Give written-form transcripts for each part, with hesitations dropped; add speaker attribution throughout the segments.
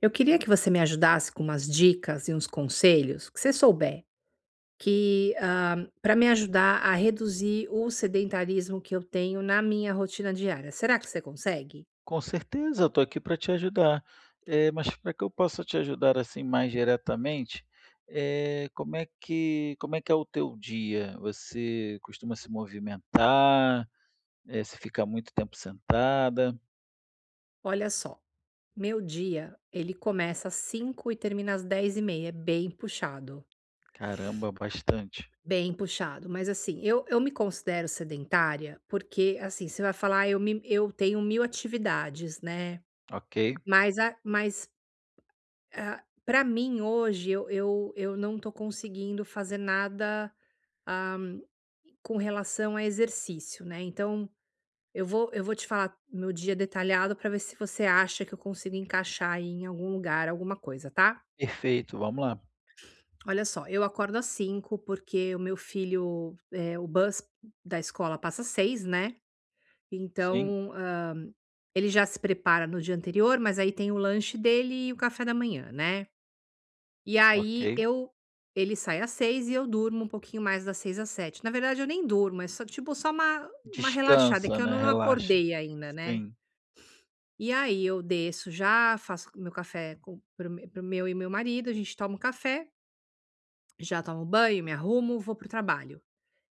Speaker 1: Eu queria que você me ajudasse com umas dicas e uns conselhos que você souber, para me ajudar a reduzir o sedentarismo que eu tenho na minha rotina diária. Será que você consegue?
Speaker 2: Com certeza, eu estou aqui para te ajudar. Mas para que eu possa te ajudar assim mais diretamente, como é que é o teu dia? Você costuma se movimentar? Você fica muito tempo sentada?
Speaker 1: Olha só, meu dia ele começa às 5 e termina às 10:30, é bem puxado.
Speaker 2: Caramba, bastante.
Speaker 1: Bem puxado, mas assim, eu me considero sedentária porque, assim, você vai falar: "Ah, eu tenho mil atividades, né?"
Speaker 2: Ok,
Speaker 1: Mas, a, mas pra mim hoje eu não tô conseguindo fazer nada, ah, com relação a exercício, né. Então eu vou te falar meu dia detalhado pra ver se você acha que eu consigo encaixar aí em algum lugar alguma coisa, tá.
Speaker 2: perfeito, vamos lá.
Speaker 1: Olha só, eu acordo às cinco porque o meu filho, o bus da escola passa às 6, né.
Speaker 2: Sim,
Speaker 1: Então, ele já se prepara no dia anterior, mas aí tem o lanche dele e o café da manhã, né. E aí
Speaker 2: ok.
Speaker 1: eu ele sai às seis e eu durmo um pouquinho mais das seis às sete. Na verdade eu nem durmo, é só tipo só uma relaxada, é que
Speaker 2: Descansa,
Speaker 1: eu
Speaker 2: né?
Speaker 1: não
Speaker 2: Relaxa.
Speaker 1: acordei ainda, né.
Speaker 2: Sim,
Speaker 1: E aí eu desço já, faço meu café com para o me para meu e meu marido. A gente toma um café, já tomo banho, me arrumo, vou para o trabalho.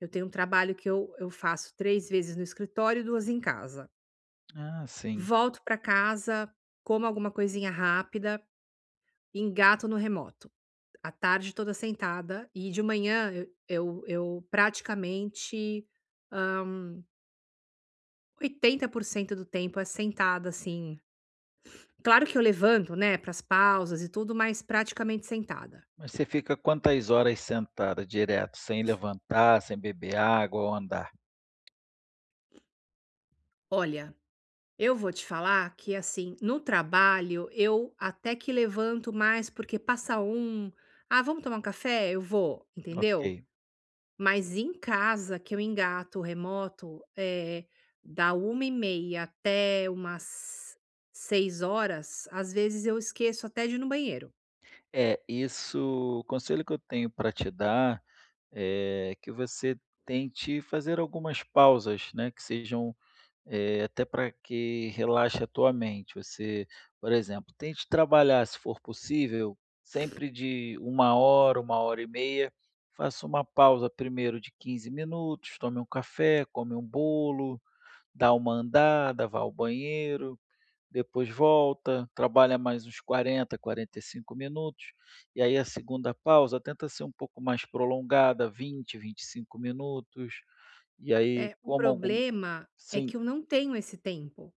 Speaker 1: Eu tenho um trabalho que eu faço 3 vezes no escritório e 2 em casa.
Speaker 2: sim.
Speaker 1: Volto para casa, como alguma coisinha rápida, engato no remoto. A tarde toda sentada, e de manhã eu praticamente, 80% do tempo é sentada, assim. Claro que eu levanto, né, para as pausas e tudo, mas praticamente sentada.
Speaker 2: Mas você fica quantas horas sentada direto, sem levantar, sem beber água ou andar?
Speaker 1: Olha, eu vou te falar que, assim, no trabalho eu até que levanto mais, porque passa um: "Ah, vamos tomar um café?" Eu vou, entendeu?
Speaker 2: Ok.
Speaker 1: Mas em casa que eu engato o remoto, é da uma e meia até umas seis horas. Às vezes eu esqueço até de ir no banheiro.
Speaker 2: É, isso o conselho que eu tenho para te dar é que você tente fazer algumas pausas, né, que sejam, até para que relaxe a tua mente. Você, por exemplo, tente trabalhar, se for possível, sempre de 1 hora, 1 hora e meia. Faça uma pausa primeiro de 15 minutos, tome um café, come um bolo, dá uma andada, vá ao banheiro, depois volta, trabalha mais uns 40, 45 minutos, e aí a segunda pausa tenta ser um pouco mais prolongada, 20, 25 minutos, e aí
Speaker 1: O
Speaker 2: como algum.
Speaker 1: problema é
Speaker 2: Sim,
Speaker 1: que eu não tenho esse tempo,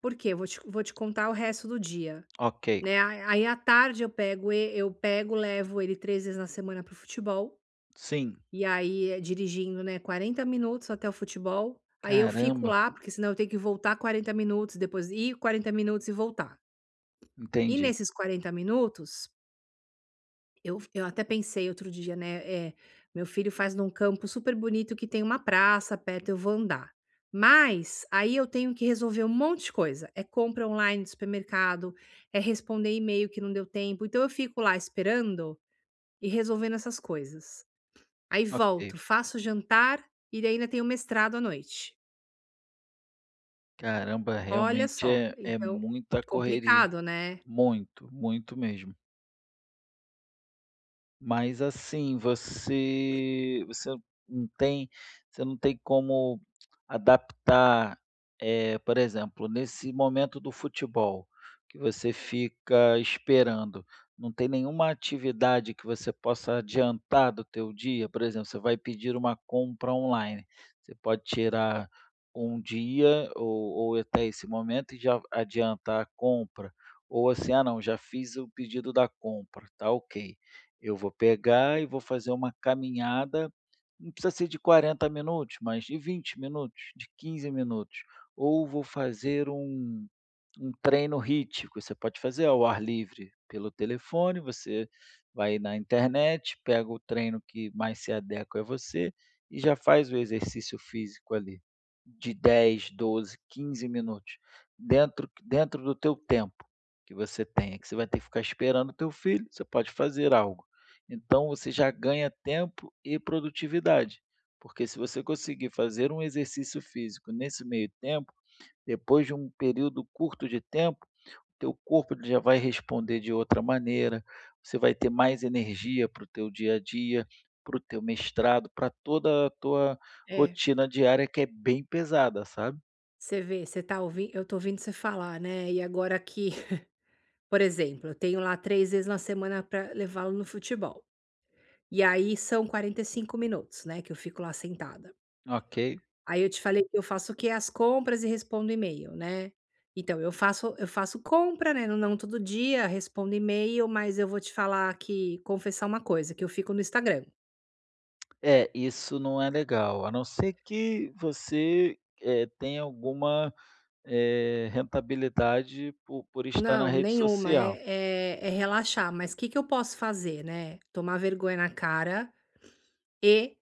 Speaker 1: porque eu vou te contar o resto do dia,
Speaker 2: ok,
Speaker 1: né. A aí à tarde eu pego e eu pego, levo ele 3 vezes na semana para o futebol,
Speaker 2: sim,
Speaker 1: e aí é dirigindo, né. 40 minutos até o futebol, aí eu fico
Speaker 2: caramba,
Speaker 1: lá, porque senão eu tenho que voltar 40 minutos, depois ir 40 minutos e voltar. E
Speaker 2: entendi,
Speaker 1: nesses 40 minutos, eu até pensei outro dia, né, eh, meu filho faz num campo super bonito que tem uma praça perto, eu vou andar. Mas aí eu tenho que resolver um monte de coisa: é compra online de supermercado, é responder e-mail que não deu tempo. Então eu fico lá esperando e resolvendo essas coisas. Aí
Speaker 2: ok,
Speaker 1: volto, faço jantar e ainda tenho mestrado à noite.
Speaker 2: caramba,
Speaker 1: Olha
Speaker 2: realmente
Speaker 1: só,
Speaker 2: é
Speaker 1: então,
Speaker 2: muita correria,
Speaker 1: complicado, né.
Speaker 2: muito, muito mesmo. Mas assim, você não tem, você não tem como adaptar, por exemplo, nesse momento do futebol, que você fica esperando, não tem nenhuma atividade que você possa adiantar do teu dia? Por exemplo, você vai pedir uma compra online, você pode tirar um dia ou até esse momento e já adiantar a compra, ou assim: "Ah não, já fiz o pedido da compra, tá ok". Eu vou pegar e vou fazer uma caminhada, não precisa ser de 40 minutos, mas de 20 minutos, de 15 minutos. Ou vou fazer um treino HIIT, que você pode fazer ao ar livre pelo telefone, você vai na internet, pega o treino que mais se adequa a você e já faz o exercício físico ali de 10, 12, 15 minutos, dentro do teu tempo que você tenha, que você vai ter que ficar esperando o teu filho, você pode fazer algo. Então você já ganha tempo e produtividade, porque se você conseguir fazer um exercício físico nesse meio tempo, depois de um período curto de tempo, teu corpo ele já vai responder de outra maneira, você vai ter mais energia para o teu dia a dia, para o teu mestrado, para toda a tua
Speaker 1: É,
Speaker 2: rotina diária que é bem pesada, sabe.
Speaker 1: você vê, você tá ouvindo, eu tô ouvindo você falar, né. E agora aqui, por exemplo, eu tenho lá 3 vezes na semana para levá-lo no futebol. E aí são 45 minutos, né, que eu fico lá sentada.
Speaker 2: Ok.
Speaker 1: Aí eu te falei que eu faço o quê? As compras e respondo e-mail, né. Então eu faço compra, né, não todo dia, respondo e-mail, mas eu vou te falar, que confessar uma coisa, que eu fico no Instagram.
Speaker 2: É, isso não é legal, a não ser que você, tenha alguma rentabilidade por estar na
Speaker 1: Não,
Speaker 2: rede
Speaker 1: nenhuma,
Speaker 2: social.
Speaker 1: é relaxar, mas o que que eu posso fazer, né. Tomar vergonha na cara e,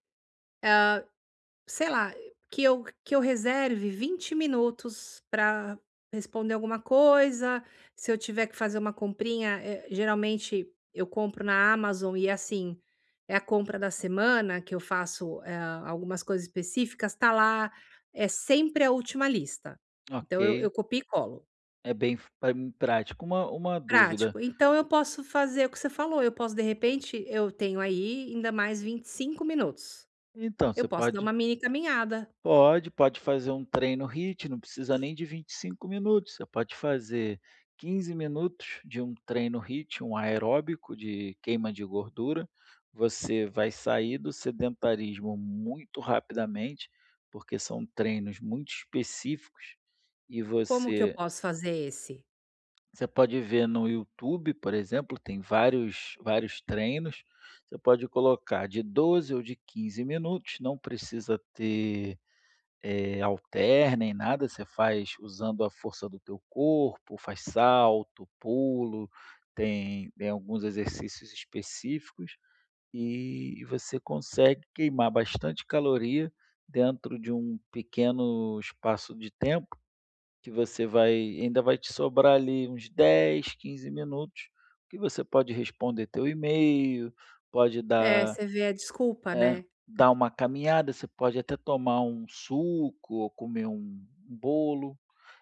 Speaker 1: sei lá, que eu reserve 20 minutos para responder alguma coisa. Se eu tiver que fazer uma comprinha, geralmente eu compro na Amazon e, assim, é a compra da semana que eu faço, algumas coisas específicas, tá lá, é sempre a última lista. Então eu
Speaker 2: Ok,
Speaker 1: eu copio e colo.
Speaker 2: é bem f pra prático. Uma dúvida,
Speaker 1: Prático. Então eu posso fazer o que você falou. Eu posso, de repente eu tenho aí ainda mais 25 minutos.
Speaker 2: então
Speaker 1: Eu
Speaker 2: você
Speaker 1: posso dar
Speaker 2: pode,
Speaker 1: uma mini caminhada.
Speaker 2: pode fazer um treino HIIT, não precisa nem de 25 minutos, você pode fazer 15 minutos de um treino HIIT, um aeróbico de queima de gordura, você vai sair do sedentarismo muito rapidamente, porque são treinos muito específicos e
Speaker 1: Como que eu
Speaker 2: você.
Speaker 1: posso fazer esse?
Speaker 2: Você pode ver no YouTube, por exemplo, tem vários treinos. Você pode colocar de 12 ou de 15 minutos, não precisa ter, halter nem nada, você faz usando a força do teu corpo, faz salto, pulo, tem alguns exercícios específicos, e você consegue queimar bastante caloria dentro de um pequeno espaço de tempo. Que você vai ainda vai te sobrar ali uns dez, 15 minutos, que você pode responder teu e-mail, pode
Speaker 1: É,
Speaker 2: dar,
Speaker 1: você vê a desculpa,
Speaker 2: é,
Speaker 1: né.
Speaker 2: dar uma caminhada, você pode até tomar um suco ou comer um bolo.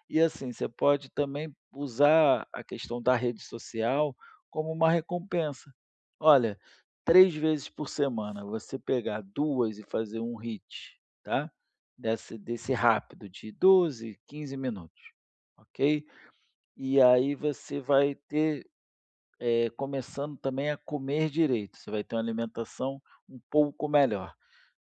Speaker 2: E assim, você pode também usar a questão da rede social como uma recompensa. Olha, 3 vezes por semana, você pegar 2 e fazer um hit, tá, desse rápido de 12, 15 minutos, ok. E aí você vai ter, começando também a comer direito, você vai ter uma alimentação um pouco melhor.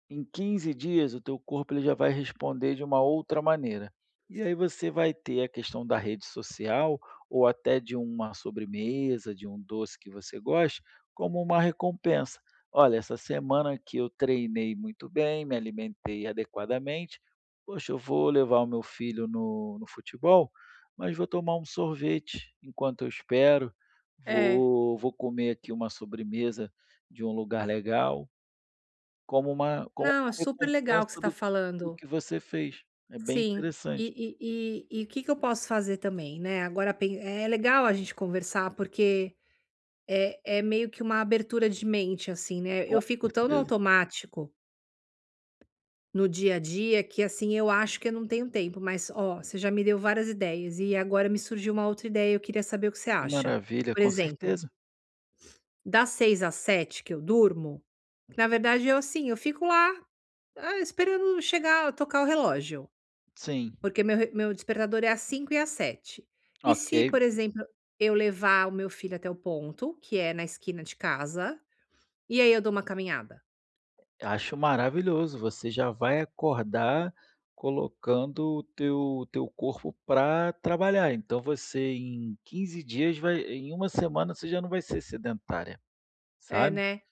Speaker 2: Em 15 dias, o teu corpo ele já vai responder de uma outra maneira. E aí você vai ter a questão da rede social ou até de uma sobremesa, de um doce que você goste, como uma recompensa. Olha, essa semana aqui eu treinei muito bem, me alimentei adequadamente. Poxa, eu vou levar o meu filho no, no futebol, mas vou tomar um sorvete enquanto eu espero.
Speaker 1: É.
Speaker 2: Vou, vou comer aqui uma sobremesa de um lugar legal como uma, como
Speaker 1: Não, é
Speaker 2: uma
Speaker 1: super legal o que você
Speaker 2: recompensa
Speaker 1: tá
Speaker 2: do do
Speaker 1: falando.
Speaker 2: que você fez. É bem
Speaker 1: Sim. E
Speaker 2: interessante,
Speaker 1: e o que que eu posso fazer também, né, agora pen é legal a gente conversar, porque é meio que uma abertura de mente, assim, né.
Speaker 2: com
Speaker 1: Eu fico tão no
Speaker 2: certeza.
Speaker 1: automático, no dia a dia, que, assim, eu acho que eu não tenho tempo, mas, ó, você já me deu várias ideias e agora me surgiu uma outra ideia, eu queria saber o que você
Speaker 2: Que
Speaker 1: acha.
Speaker 2: maravilha,
Speaker 1: Por
Speaker 2: com
Speaker 1: exemplo,
Speaker 2: certeza.
Speaker 1: das seis às sete que eu durmo, na verdade eu, assim, eu fico lá, esperando chegar, tocar o relógio,
Speaker 2: Sim,
Speaker 1: porque meu despertador é às cinco e às sete. E
Speaker 2: ok.
Speaker 1: se, por exemplo, eu levar o meu filho até o ponto, que é na esquina de casa, e aí eu dou uma caminhada?
Speaker 2: Acho maravilhoso, você já vai acordar colocando o teu corpo para trabalhar, então você em 15 dias vai, em uma semana você já não vai ser sedentária,
Speaker 1: É,
Speaker 2: sabe.
Speaker 1: né.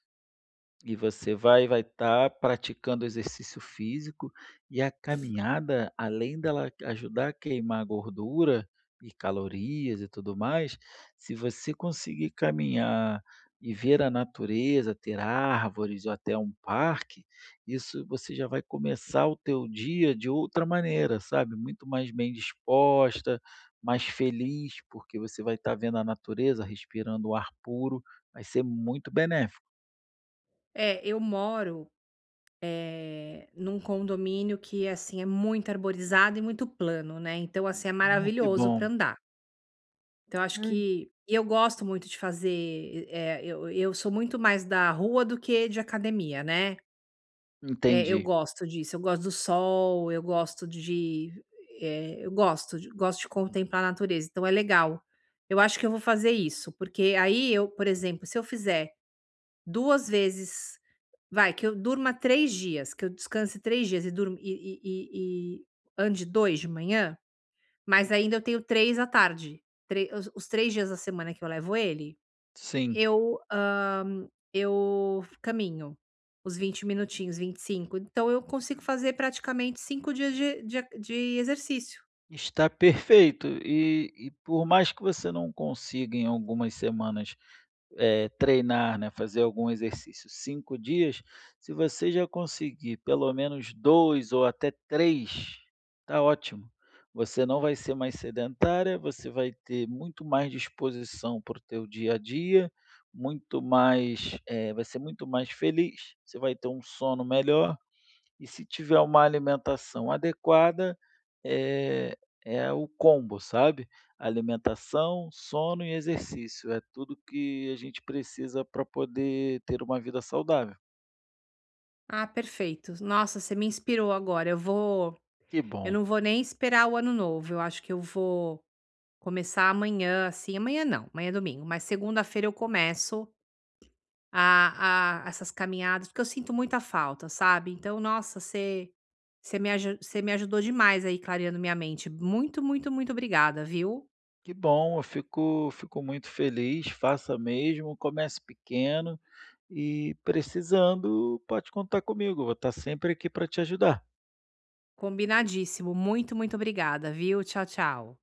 Speaker 2: E você vai estar praticando exercício físico e a caminhada, além dela ajudar a queimar gordura e calorias e tudo mais, se você conseguir caminhar e ver a natureza, ter árvores ou até um parque, isso você já vai começar o teu dia de outra maneira, sabe, muito mais bem disposta, mais feliz, porque você vai estar vendo a natureza, respirando o ar puro, vai ser muito benéfico.
Speaker 1: É, eu moro num condomínio que, assim, é muito arborizado e muito plano, né, então, assim, é
Speaker 2: Que
Speaker 1: maravilhoso para
Speaker 2: bom.
Speaker 1: andar. Então acho
Speaker 2: Hum,
Speaker 1: que e eu gosto muito de fazer, eu sou muito mais da rua do que de academia, né. É, eu
Speaker 2: entendi.
Speaker 1: gosto disso, eu gosto do sol, eu gosto de, eu gosto de contemplar a natureza, então é legal. Eu acho que eu vou fazer isso, porque aí eu, por exemplo, se eu fizer 2 vezes, vai, que eu durma 3 dias, que eu descanse 3 dias e durmo e ande 2 de manhã, mas ainda eu tenho 3 à tarde, tre os 3 dias da semana que eu levo ele,
Speaker 2: Sim,
Speaker 1: eu, eu caminho os 20 minutinhos, 25. Então eu consigo fazer praticamente 5 dias de exercício.
Speaker 2: está perfeito. E por mais que você não consiga em algumas semanas treinar, né, fazer algum exercício 5 dias, se você já conseguir pelo menos dois ou até três, tá ótimo. Você não vai ser mais sedentária, você vai ter muito mais disposição para o teu dia a dia, muito mais, vai ser muito mais feliz, você vai ter um sono melhor. E se tiver uma alimentação adequada, é, é o combo, sabe. Alimentação, sono e exercício, é tudo que a gente precisa para poder ter uma vida saudável.
Speaker 1: Ah, perfeito. Nossa, você me inspirou agora,
Speaker 2: Que
Speaker 1: eu
Speaker 2: bom,
Speaker 1: não vou nem esperar o ano novo, eu acho que eu vou começar amanhã. Assim, amanhã não, amanhã é domingo, mas segunda-feira eu começo a essas caminhadas, porque eu sinto muita falta, sabe. Então, nossa, você me ajudou demais aí, clareando minha mente. Muito, muito, muito obrigada, viu.
Speaker 2: que bom, eu fico muito feliz, faça mesmo, comece pequeno e precisando pode contar comigo, eu vou estar sempre aqui para te ajudar.
Speaker 1: Combinadíssimo. Muito, muito obrigada, viu. Tchau, tchau.